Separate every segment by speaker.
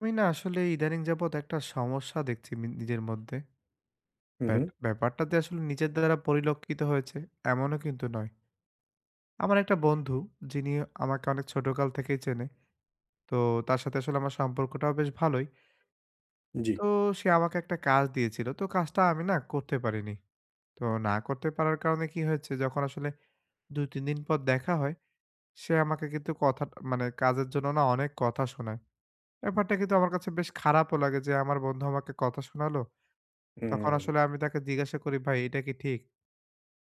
Speaker 1: আমি না আসলে ইদানিং যাবৎ একটা সমস্যা দেখছি নিজের মধ্যে।
Speaker 2: হুম, হুম।
Speaker 1: ব্যাপারটা যে আসলে নিজের দ্বারা পরিলক্ষিত হয়েছে এমনও কিন্তু নয়। আমার একটা বন্ধু যিনি আমাকে অনেক ছোটকাল থেকেই চেনে। তো তার সাথে আসলে আমার সম্পর্কটাও বেশ ভালোই।
Speaker 2: জি।
Speaker 1: তো সে আমাকে একটা কাজ দিয়েছিল। তো কাজটা আমি না করতে পারিনি। তো না করতে পারার কারণে কি হয়েছে যখন আসলে ২-৩ দিন পর দেখা হয়, সে আমাকে কিন্তু কথা মানে কাজের জন্য না অনেক কথা শোনায়। ব্যাপারটা কিন্তু আমার কাছে বেশ খারাপও লাগে যে আমার বন্ধু আমাকে কথা শোনালো। তখন
Speaker 2: হুম,
Speaker 1: আসলে আমি তাকে জিজ্ঞাসা করি, "ভাই এটা কি ঠিক?"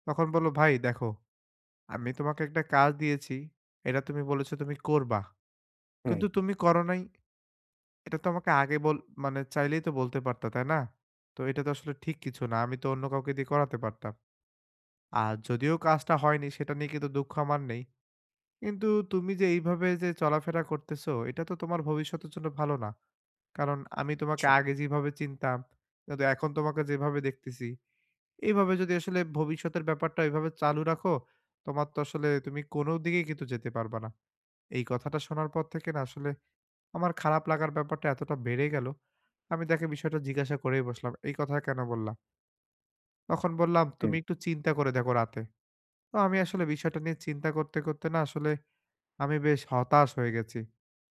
Speaker 1: তখন বলল, "ভাই দেখো, আমি তোমাকে একটা কাজ দিয়েছি। এটা তুমি বলেছো তুমি করবা।
Speaker 2: হুম।
Speaker 1: কিন্তু তুমি করো নাই। এটা তো আমাকে আগে বল মানে চাইলেই তো বলতে পারতা, তাই না? তো এটা তো আসলে ঠিক কিছু না। আমি তো অন্য কাউকে দিয়ে করাতে পারতাম। আর যদিও কাজটা হয়নি সেটা নিয়ে কিন্তু দুঃখ আমার নেই। কিন্তু তুমি যে এইভাবে যে চলাফেরা করতেছো এটা তো তোমার ভবিষ্যতের জন্য ভালো না। কারণ আমি তোমাকে
Speaker 2: আচ্ছা,
Speaker 1: আগে যেভাবে চিনতাম, কিন্তু এখন তোমাকে যেভাবে দেখতেছি" এইভাবে যদি আসলে ভবিষ্যতের ব্যাপারটা এভাবে চালু রাখো, তোমার তো আসলে তুমি কোনো দিকেই কিন্তু যেতে পারবা না। এই কথাটা শোনার পর থেকে না আসলে আমার খারাপ লাগার ব্যাপারটা এতটা বেড়ে গেল। আমি তাকে বিষয়টা জিজ্ঞাসা করেই বসলাম, "এই কথা কেন বললা?" তখন বললাম,
Speaker 2: হুম,
Speaker 1: "তুমি একটু চিন্তা করে দেখো রাতে।" তো আমি আসলে বিষয়টা নিয়ে চিন্তা করতে, করতে না আসলে আমি বেশ হতাশ হয়ে গেছি।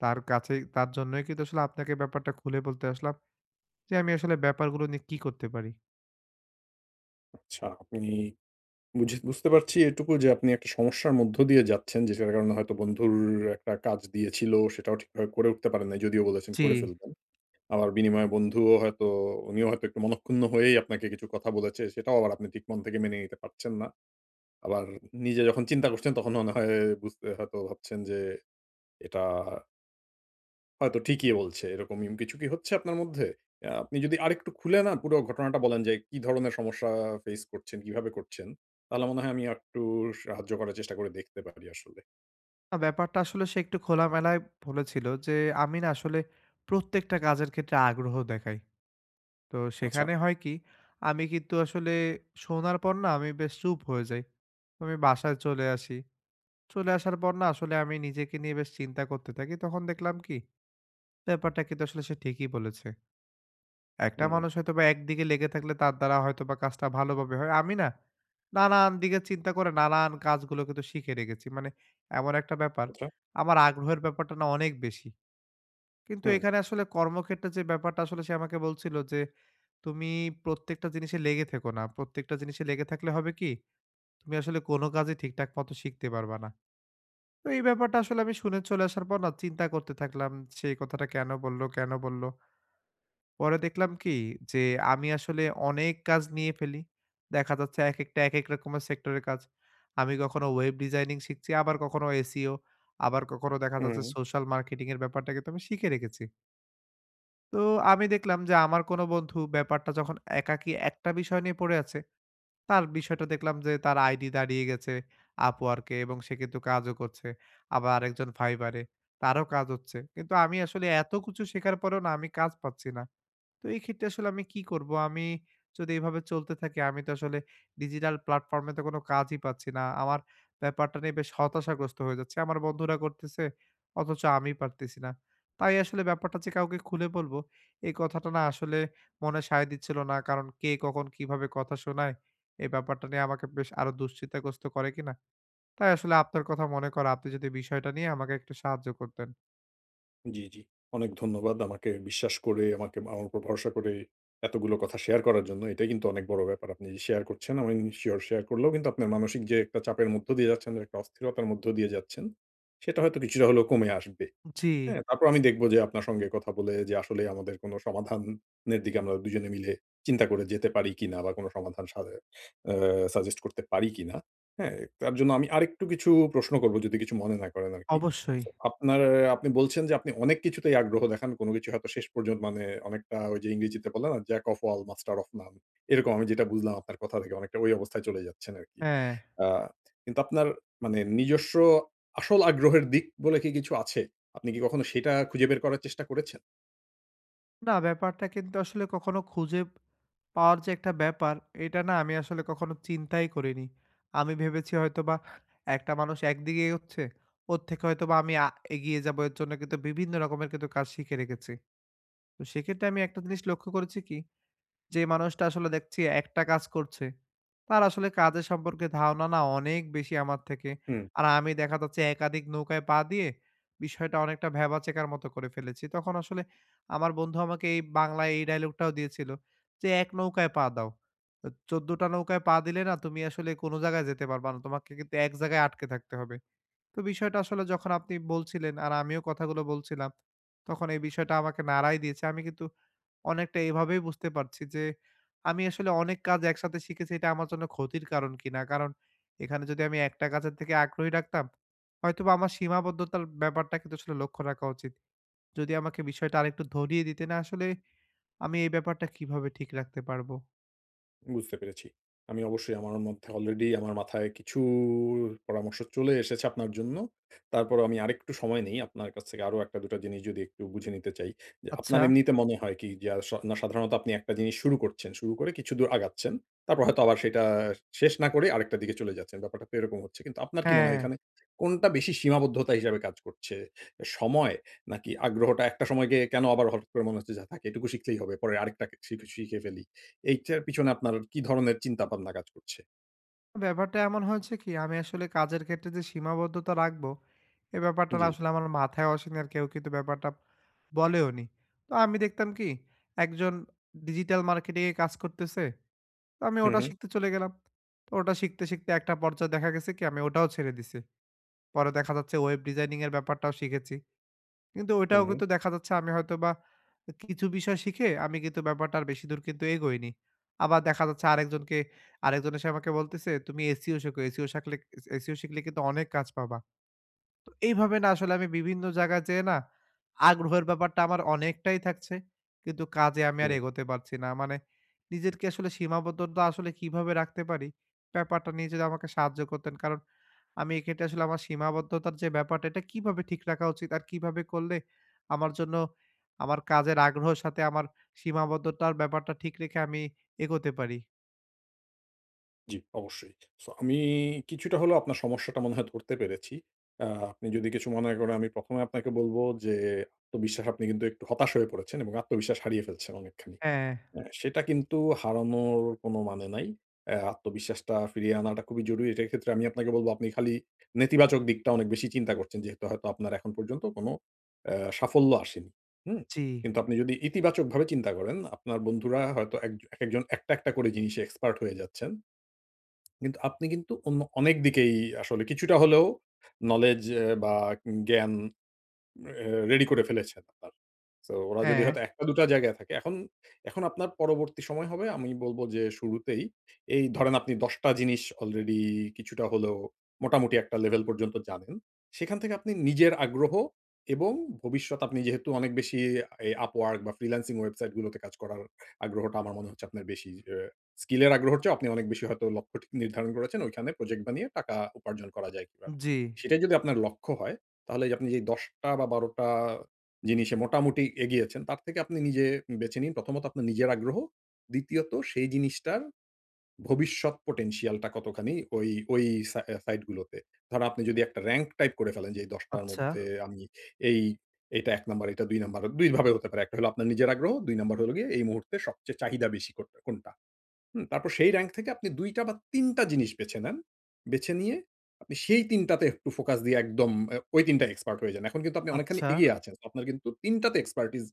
Speaker 1: তার কাছেই তার জন্যই কিন্তু আসলে আপনাকে ব্যাপারটা খুলে বলতে আসলাম যে আমি আসলে ব্যাপারগুলো নিয়ে কি করতে পারি।
Speaker 2: আচ্ছা। আপনি বুঝতে পারছি এটুকু যে আপনি একটা সমস্যার মধ্য দিয়ে যাচ্ছেন, যেটার কারণে হয়তো বন্ধুর একটা কাজ দিয়েছিল সেটাও ঠিকভাবে করে উঠতে পারেন নাই। যদিও বলেছেন
Speaker 1: জি।
Speaker 2: করে ফেলবেন। আবার বিনিময়ে বন্ধুও হয়তো উনিও হয়তো একটু মনঃক্ষুণ্ণ হয়েই আপনাকে কিছু কথা বলেছে। সেটাও আবার আপনি ঠিক মন থেকে মেনে নিতে পারছেন না। আবার নিজে যখন চিন্তা করছেন তখন মনে হয় হয়তো ভাবছেন যে এটা হয়তো ঠিকই বলছে। এরকম কিছু কি হচ্ছে আপনার মধ্যে? আপনি যদি আরেকটু খুলে পুরো ঘটনাটা বলেন যে কি ধরনের সমস্যা ফেস করছেন, কিভাবে করছেন? তাহলে মনে হয় আমি একটু সাহায্য করার চেষ্টা করে দেখতে পারি আসলে।
Speaker 1: না, ব্যাপারটা আসলে সে একটু খোলামেলায় বলেছিল যে, "আমি না আসলে প্রত্যেকটা কাজের ক্ষেত্রে আগ্রহ দেখাই।" তো
Speaker 2: আচ্ছা।
Speaker 1: সেখানে হয় কি, আমি কিন্তু আসলে শোনার পর না আমি বেশ চুপ হয়ে যাই। আমি বাসায় চলে আসি। চলে আসার পর না আসলে আমি নিজেকে নিয়ে বেশ চিন্তা করতে থাকি। তখন দেখলাম কি, ব্যাপারটা কিন্তু আসলে সে ঠিকই বলেছে। একটা
Speaker 2: হুম,
Speaker 1: মানুষ হয়তোবা একদিকে লেগে থাকলে তার দ্বারা হয়তোবা কাজটা ভালোভাবে হয়। আমি না, নানান দিকে চিন্তা করে নানান কাজগুলো কিন্তু শিখে রেখেছি। মানে এমন একটা ব্যাপার,
Speaker 2: আচ্ছা।
Speaker 1: আমার আগ্রহের ব্যাপারটা না অনেক বেশি। কিন্তু
Speaker 2: হুম,
Speaker 1: এখানে আসলে কর্মক্ষেত্রে যে ব্যাপারটা আসলে সে আমাকে বলছিল যে, "তুমি প্রত্যেকটা জিনিসে লেগে থেকো না। প্রত্যেকটা জিনিসে লেগে থাকলে হবে কি? তুমি আসলে কোনো কাজই ঠিকঠাক মতো শিখতে পারবা না।" তো এই ব্যাপারটা আসলে আমি শুনে চলে আসার পর না চিন্তা করতে থাকলাম, সে এই কথাটা কেন বলল, কেন বলল? পরে দেখলাম কি যে আমি আসলে অনেক কাজ নিয়ে ফেলি। দেখা যাচ্ছে একেকটা একেক রকমের সেক্টরের কাজ। আমি কখনো ওয়েব ডিজাইনিং শিখছি, আবার কখনো SEO, আবার কখনো দেখা যাচ্ছে
Speaker 2: হুম।
Speaker 1: সোশ্যাল মার্কেটিং এর ব্যাপারটা কিন্তু আমি শিখে রেখেছি। তো আমি দেখলাম যে আমার কোনো বন্ধু ব্যাপারটা যখন একাকী একটা বিষয় নিয়ে পড়ে আছে, তার বিষয়টা দেখলাম যে তার আইডি দাঁড়িয়ে গেছে Upwork এ এবং সে কিন্তু কাজও করছে। আবার আরেকজন Fiverr এ, তারও কাজ হচ্ছে। কিন্তু আমি আসলে এত কিছু শেখার পরেও না আমি কাজ পাচ্ছি না। তো এই ক্ষেত্রে আসলে আমি কি করব? আমি যদি এভাবে চলতে থাকি আমি তো আসলে ডিজিটাল প্ল্যাটফর্ম এ তো কোনো কাজই পাচ্ছি না। আমার ব্যাপারটা নিয়ে বেশ হতাশাগ্রস্ত হয়ে যাচ্ছি। আমার বন্ধুরা করতেছে অথচ আমি পারতেছি না। তাই আসলে ব্যাপারটা যে কাউকে খুলে বলব এই কথাটা না আসলে মনে সায় দিচ্ছিল না। কারণ কে কখন কিভাবে কথা শোনায় এই ব্যাপারটা নিয়ে আমাকে বেশ আরো দুশ্চিন্তাগ্রস্ত করে কিনা। তাই আসলে আপনার কথা মনে করা আপনি যদি বিষয়টা নিয়ে আমাকে একটু সাহায্য করতেন।
Speaker 2: জি, জি। অনেক ধন্যবাদ আমাকে বিশ্বাস করে, আমাকে আমার উপর ভরসা করে এতগুলো কথা শেয়ার করার জন্য। এটাই কিন্তু অনেক বড় ব্যাপার। আপনি যে শেয়ার করছেন, আমি সিউর শেয়ার করলেও কিন্তু আপনার মানসিক যে একটা চাপের মধ্য দিয়ে যাচ্ছেন, একটা অস্থিরতার মধ্য দিয়ে যাচ্ছেন, সেটা হয়তো কিছুটা হলেও কমে আসবে।
Speaker 1: জি,
Speaker 2: হ্যাঁ, তারপর আমি দেখব যে আপনার সঙ্গে কথা বলে যে আসলে আমাদের কোনো সমাধানের দিকে আমরা দুজনে মিলে চিন্তা করে যেতে পারি কিনা, বা কোনো সমাধান সা অ্যা সাজেস্ট করতে পারি কিনা। হ্যাঁ, তার জন্য আমি আরেকটু কিছু প্রশ্ন করব যদি কিছু মনে না করেন আরকি।
Speaker 1: অবশ্যই।
Speaker 2: সো আপনি বলছেন যে আপনি অনেক কিছুতেই আগ্রহ দেখান। কোনো কিছু হয়তো শেষ পর্যন্ত মানে অনেকটা ওই যে ইংরেজিতে বলে না, jack of all master of none. এরকম আমি যেটা বুঝলাম আপনার কথা থেকে অনেকটা ওই অবস্থায় চলে যাচ্ছেন আরকি।
Speaker 1: হ্যাঁ।
Speaker 2: আ কিন্তু আপনার মানে নিজস্ব আসল আগ্রহের দিক বলে কি কিছু আছে? আপনি কি কখনো সেটা খুঁজে বের করার চেষ্টা করেছেন?
Speaker 1: না, ব্যাপারটা কিন্তু আসলে কখনো খুঁজে পাওয়ার যে একটা ব্যাপার, এটা না আমি আসলে কখনো চিন্তাই করিনি। আমি ভেবেছি হয়তোবা একটা মানুষ একদিকে এগোচ্ছে, ওর থেকে হয়তোবা আমি এগিয়ে যাবো। এর জন্য কিন্তু বিভিন্ন রকমের কিন্তু কাজ শিখে রেখেছি। তো সেক্ষেত্রে আমি একটা জিনিস লক্ষ্য করেছি কি যে মানুষটা আসলে দেখছি একটা কাজ করছে, তার আসলে কাজের সম্পর্কে ধারণা না অনেক বেশি আমার থেকে।
Speaker 2: হু।
Speaker 1: আর আমি দেখা যাচ্ছে একাধিক নৌকায় পা দিয়ে বিষয়টা অনেকটা ভ্যাবাচ্যাকার মতো করে ফেলেছি। তখন আসলে আমার বন্ধু আমাকে এই বাংলায় এই ডায়ালগটাও দিয়েছিল যে, "এক নৌকায় পা দাও। তো ১৪ টা নৌকায় পা দিলে না তুমি আসলে কোনো জায়গায় যেতে পারবা না। তোমাকে কিন্তু এক জায়গায় আটকে থাকতে হবে।" তো বিষয়টা আসলে যখন আপনি বলছিলেন আর আমিও কথাগুলো বলছিলাম, তখন এই বিষয়টা আমাকে নাড়াই দিয়েছে। আমি কিন্তু অনেকটা এভাবেই বুঝতে পারছি যে, আমি আসলে অনেক কাজ একসাথে শিখেছি এটা আমার জন্য ক্ষতির কারণ কিনা। কারণ এখানে যদি আমি একটা কাজের থেকে আগ্রহী রাখতাম, হয়তোবা আমার সীমাবদ্ধতার ব্যাপারটা কিন্তু আসলে লক্ষ্য রাখা উচিত। যদি আমাকে বিষয়টা আরেকটু ধরিয়ে দিতেন আসলে আমি এই ব্যাপারটা কিভাবে ঠিক রাখতে পারবো?
Speaker 2: বুঝতে পেরেছি। আমি অবশ্যই আমার মধ্যে অলরেডি আমার মাথায় কিছু পরামর্শ চলে এসেছে আপনার জন্য। তারপরও আমি আরেকটু সময় নেই। আপনার কাছ থেকে আরো ১ ২ জিনিস যদি একটু বুঝে নিতে চাই। যে আপনার
Speaker 1: আচ্ছা।
Speaker 2: এমনিতে মনে হয় কি যে আস না সাধারণত আপনি একটা জিনিস শুরু করছেন। শুরু করে কিছু দূর আগাচ্ছেন। তারপর হয়তো আবার সেটা শেষ না করে আরেকটা দিকে চলে যাচ্ছেন। ব্যাপারটা তো এরকম হচ্ছে। কিন্তু আপনার কি মনে
Speaker 1: হ্যাঁ।
Speaker 2: হয় এখানে কোনটা বেশি সীমাবদ্ধতা হিসাবে কাজ করছে? সময় নাকি আগ্রহটা একটা সময় গিয়ে কেন আবার হঠাৎ করে মনে হচ্ছে যে, "থাক এটুকু শিখলেই হবে। পরে আরেকটা শিখে ফেলি।" এইটার পিছনে আপনার কি ধরনের চিন্তাভাবনা কাজ করছে?
Speaker 1: ব্যাপারটা এমন হয়েছে কি আমি আসলে কাজের ক্ষেত্রে যে সীমাবদ্ধতা রাখবো এ ব্যাপারটা না
Speaker 2: জি।
Speaker 1: আসলে আমার মাথায় আসেনি আর কেউ কিন্তু ব্যাপারটা বলেওনি। তো আমি দেখতাম কি একজন ডিজিটাল মার্কেটিংয়ে কাজ করতেছে তো আমি
Speaker 2: হু,
Speaker 1: ওটা
Speaker 2: হু,
Speaker 1: শিখতে চলে গেলাম। তো ওটা শিখতে শিখতে একটা পর্যায়ে দেখা গেছে কি আমি ওটাও ছেড়ে দিছি। পরে দেখা যাচ্ছে ওয়েব ডিজাইনিংয়ের ব্যাপারটাও শিখেছি কিন্তু
Speaker 2: হু,
Speaker 1: ওইটাও
Speaker 2: হু,
Speaker 1: কিন্তু দেখা যাচ্ছে আমি হয়তোবা কিছু বিষয় শিখে আমি কিন্তু ব্যাপারটা আর বেশিদূর কিন্তু এগোইনি। আবার দেখা যাচ্ছে আরেকজনকে আরেকজন এসে আমাকে বলতেছে, "তুমি এসইও শেখো। এসইও শিখলে কিন্তু অনেক কাজ পাবা।" তো এইভাবে না আসলে আমি বিভিন্ন জায়গায় যেয়ে না আগ্রহের ব্যাপারটা আমার অনেকটাই থাকছে। কিন্তু কাজে আমি
Speaker 2: হুম।
Speaker 1: আর এগোতে পারছি না। মানে নিজেরকে আসলে সীমাবদ্ধতা আসলে কিভাবে রাখতে পারি, ব্যাপারটা নিয়ে যদি আমাকে সাহায্য করতেন। কারণ আমি এক্ষেত্রে আসলে আমার সীমাবদ্ধতার যে ব্যাপারটা, এটা কিভাবে ঠিক রাখা উচিত? আর কিভাবে করলে আমার জন্য আমার কাজের আগ্রহের সাথে আমার সীমাবদ্ধতার ব্যাপারটা ঠিক রেখে আমি এগোতে পারি?
Speaker 2: জি, অবশ্যই। সো আমি কিছুটা হলেও আপনার সমস্যাটা মনে হয় ধরতে পেরেছি। আ আপনি যদি কিছু মনে করেন আমি ১ম এ আপনাকে বলব যে আত্মবিশ্বাস আপনি কিন্তু একটু হতাশ হয়ে পড়েছেন এবং আত্মবিশ্বাস হারিয়ে ফেলছেন অনেকখানি।
Speaker 1: হ্যাঁ,
Speaker 2: হ্যাঁ, সেটা কিন্তু হারানোর কোনো মানে নাই। আত্মবিশ্বাসটা ফিরিয়ে আনাটা খুবই জরুরি। এটার ক্ষেত্রে আমি আপনাকে বলব আপনি খালি নেতিবাচক দিকটা অনেক বেশি চিন্তা করছেন। যেহেতু হয়তো আপনার এখন পর্যন্ত কোনো সাফল্য আসেনি। হুম?
Speaker 1: জি,
Speaker 2: কিন্তু আপনি যদি ইতিবাচকভাবে চিন্তা করেন, আপনার বন্ধুরা হয়তো এক একেকজন একটা, একটা করে জিনিসে এক্সপার্ট হয়ে যাচ্ছেন। কিন্তু আপনি কিন্তু অন্য অনেক দিকেই আসলে কিছুটা হলেও নলেজ বা জ্ঞান অ্যা রেডি করে ফেলেছেন আপনার। সো ওরা যদি
Speaker 1: হ্যাঁ,
Speaker 2: হয়তো ১ টা ২ টা জায়গায় থাকে। এখন এখন আপনার পরবর্তী সময় হবে আমি বলব যে শুরুতেই এই ধরেন আপনি ১০ টা জিনিস অলরেডি কিছুটা হলেও মোটামুটি একটা লেভেল পর্যন্ত জানেন। সেখান থেকে আপনি নিজের আগ্রহ এবং ভবিষ্যৎ আপনি যেহেতু অনেক বেশি এই Upwork বা ফ্রিল্যান্সিং ওয়েবসাইট গুলোতে কাজ করার আগ্রহটা আমার মনে হচ্ছে আপনার বেশি। স্কিলের আগ্রহের চেয়েও আপনি অনেক বেশি হয়তো লক্ষ্য ঠিক নির্ধারণ করেছেন। ওইখানে প্রজেক্ট বানিয়ে টাকা উপার্জন করা যায় কিভাবে।
Speaker 1: জি।
Speaker 2: সেটাই যদি আপনার লক্ষ্য হয় তাহলে আপনি যে ১০ টা বা ১২ টা জিনিসে মোটামুটি এগিয়েছেন, তার থেকে আপনি নিজে বেছে নিন। প্রথমত আপনার নিজের আগ্রহ। দ্বিতীয়ত সেই জিনিসটার ভবিষ্যৎ potential টা কতখানি ওই সা সাইট গুলোতে। ধরেন আপনি যদি একটা র‍্যাংক টাইপ করে ফেলেন যে এই ১০ টার
Speaker 1: আচ্ছা,
Speaker 2: মধ্যে আমি এই এটা ১ নাম্বার, এটা ২ নাম্বার, ২ ভাবে হতে পারে। একটা হলো আপনার নিজের আগ্রহ, ২ নাম্বার হলো গিয়ে এই মুহূর্তে সবচেয়ে চাহিদা বেশি কোনটা। হুম, তারপর সেই র‍্যাংক থেকে আপনি ২ টা বা ৩ টা জিনিস বেছে নেন। বেছে নিয়ে আপনি সেই ৩ টাতে একটু ফোকাস দিয়ে একদম ওই ৩ টা এক্সপার্ট হয়ে যান। এখন কিন্তু আপনি অনেকখানি
Speaker 1: আচ্ছা।
Speaker 2: এগিয়ে আছেন। তো আপনার কিন্তু ৩ টাতে এক্সপার্টিস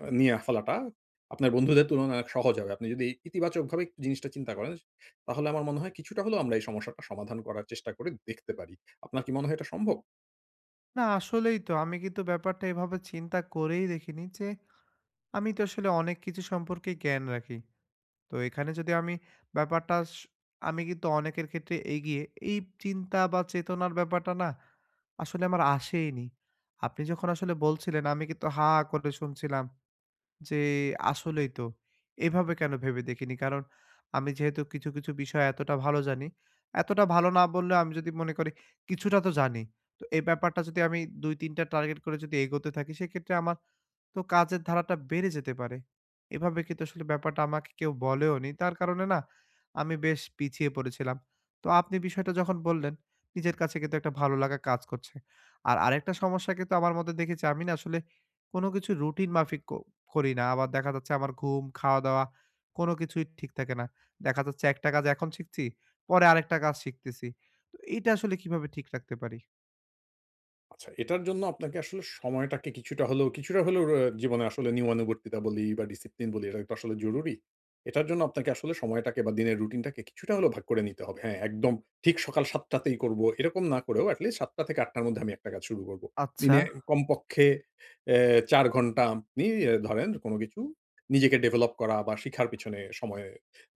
Speaker 2: নিয়ে ফেলাটা আপনার বন্ধুদের তুলনায় অনেক সহজ হবে। আপনি যদি ইতিবাচকভাবে একটু জিনিসটা চিন্তা করেন, তাহলে আমার মনে হয় কিছুটা হলেও আমরা এই সমস্যাটা সমাধান করার চেষ্টা করে দেখতে পারি। আপনার কি মনে হয় এটা সম্ভব?
Speaker 1: না আসলেই তো আমি কিন্তু ব্যাপারটা এভাবে চিন্তা করেই দেখিনি যে, আমি তো আসলে অনেক কিছু সম্পর্কে জ্ঞান রাখি। তো এখানে যদি আমি ব্যাপারটা আমি কিন্তু অনেকের ক্ষেত্রে এগিয়ে। এই চিন্তা বা চেতনার ব্যাপারটা না আসলে আমার আসেইনি। আপনি যখন আসলে বলছিলেন আমি কিন্তু হা, হা করে শুনছিলাম যে আসলেই তো। এভাবে কেন ভেবে দেখিনি? কারণ আমি যেহেতু কিছু, কিছু বিষয় এতটা ভালো জানি, এতটা ভালো না বললেও আমি যদি মনে করি কিছুটা তো জানি। তো এই ব্যাপারটা যদি আমি ২-৩ টা টার্গেট করে যদি এগোতে থাকি সেক্ষেত্রে আমার তো কাজের ধারাটা বেড়ে যেতে পারে। এভাবে কিন্তু আসলে ব্যাপারটা আমাকে কেউ বলেওনি। তার কারণে না আমি বেশ পিছিয়ে পড়েছিলাম। তো আপনি বিষয়টা যখন বললেন, নিজের কাছে কিন্তু একটা ভালো লাগা কাজ করছে। আর আরেকটা সমস্যা কিন্তু আমার মধ্যে দেখেছি আমি না আসলে কোনো কিছু রুটিন মাফিক করি না। আবার দেখা যাচ্ছে আমার ঘুম, খাওয়া-দাওয়া কোনো কিছুই ঠিক থাকে না। দেখা যাচ্ছে একটা কাজ এখন শিখছি, পরে আরেকটা কাজ শিখতেছি। তো এটা আসলে কিভাবে ঠিক রাখতে পারি?
Speaker 2: আচ্ছা, এটার জন্য আপনাকে আসলে সময়টাকে কিছুটা হলেও কিছুটা হলেও র জীবনে আসলে নিয়মানুবর্তিতা বলি বা ডিসিপ্লিন বলি, এটা তো আসলে জরুরি। এটার জন্য আপনাকে আসলে সময়টাকে বা দিনের রুটিনটাকে কিছুটা হলেও ভাগ করে নিতে হবে। হ্যাঁ, একদম ঠিক সকাল ৭ঃ০০ তেই করব, এরকম না করেও এট লিস্ট ৭ঃ০০ থেকে ৮ঃ০০ র মধ্যে আমি একটা কাজ শুরু করব।
Speaker 1: আচ্ছা।
Speaker 2: দিনে কমপক্ষে অ্যা ৪ ঘন্টা আপনি ধরেন কোন কিছু নিজেকে ডেভেলপ করা বা শিখার পিছনে সময়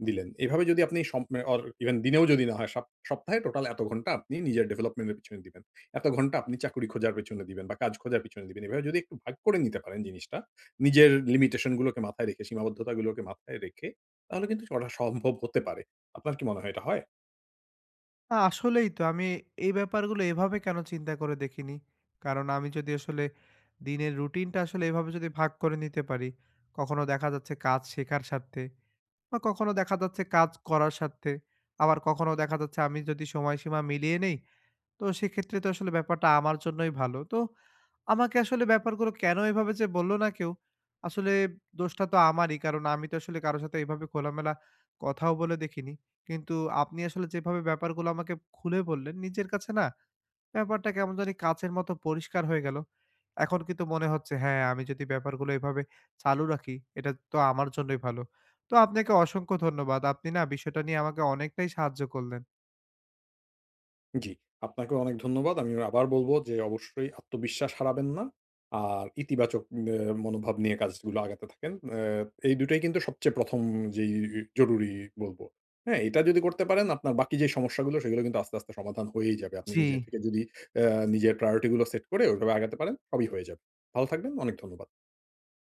Speaker 2: দিলেন। এভাবে যদি আপনি অর ইভেন দিনেও যদি না হয়, সপ্তাহে টোটাল এত ঘন্টা আপনি নিজের ডেভেলপমেন্ট এর পিছনে দিবেন। এত ঘন্টা আপনি চাকরি খোঁজার পেছনে দিবেন বা কাজ খোঁজার পেছনে দিবেন। এভাবে যদি একটু ভাগ করে নিতে পারেন জিনিসটা, নিজের লিমিটেশন গুলোকে মাথায় রেখে, সীমাবদ্ধতাগুলোকে মাথায় রেখে, তাহলে কিন্তু করা সম্ভব হতে পারে। আপনার কি মনে হয় এটা হয়?
Speaker 1: না, আসলেই তো আমি এই ব্যাপারগুলো এভাবে কেন চিন্তা করে দেখিনি? কারণ আমি যদি আসলে দিনের রুটিনটা আসলে এভাবে যদি ভাগ করে নিতে পারি, কখনো দেখা যাচ্ছে কাজ শেখার স্বার্থে বা কখনো দেখা যাচ্ছে কাজ করার স্বার্থে, আবার কখনো দেখা যাচ্ছে আমি যদি সময়সীমা মিলিয়ে নেই, তো সেক্ষেত্রে তো আসলে ব্যাপারটা আমার জন্যই ভালো। তো আমাকে আসলে ব্যাপারগুলো কেন এভাবে যে বলল না কেউ, আসলে দোষটা তো আমারই। কারণ আমি তো আসলে কারো সাথে এভাবে খোলামেলা কথাও বলে দেখিনি। কিন্তু আপনি আসলে যেভাবে ব্যাপারগুলো আমাকে খুলে বললেন, নিজের কাছে না ব্যাপারটা কেমন জানি কাঁচের মতো পরিষ্কার হয়ে গেল। এখন কিন্তু মনে হচ্ছে হ্যাঁ, আমি যদি ব্যাপারগুলো এভাবে চালু রাখি, এটা তো আমার জন্যই ভালো। তো আপনাকে অসংখ্য ধন্যবাদ। আপনি না বিষয়টা নিয়ে আমাকে অনেকটাই সাহায্য করলেন।
Speaker 2: জি, আপনাকেও অনেক ধন্যবাদ। আমি আবার বলবো যে অবশ্যই আত্মবিশ্বাস হারাবেন না। আর ইতিবাচক এ মনোভাব নিয়ে কাজগুলো আগাতে থাকেন। এ এই দুটোই কিন্তু সবচেয়ে ১ম যেই জরুরি বলবো। হ্যাঁ, এটা যদি করতে পারেন আপনার বাকি যে সমস্যাগুলো সেগুলো কিন্তু আস্তে, আস্তে সমাধান হয়েই যাবে। আপনি
Speaker 1: জি।
Speaker 2: নিজে থেকে যদি আ নিজের প্রায়োরিটি গুলো সেট করে ওইভাবে আগাতে পারেন সবই হয়ে যাবে। ভালো থাকবেন। অনেক ধন্যবাদ।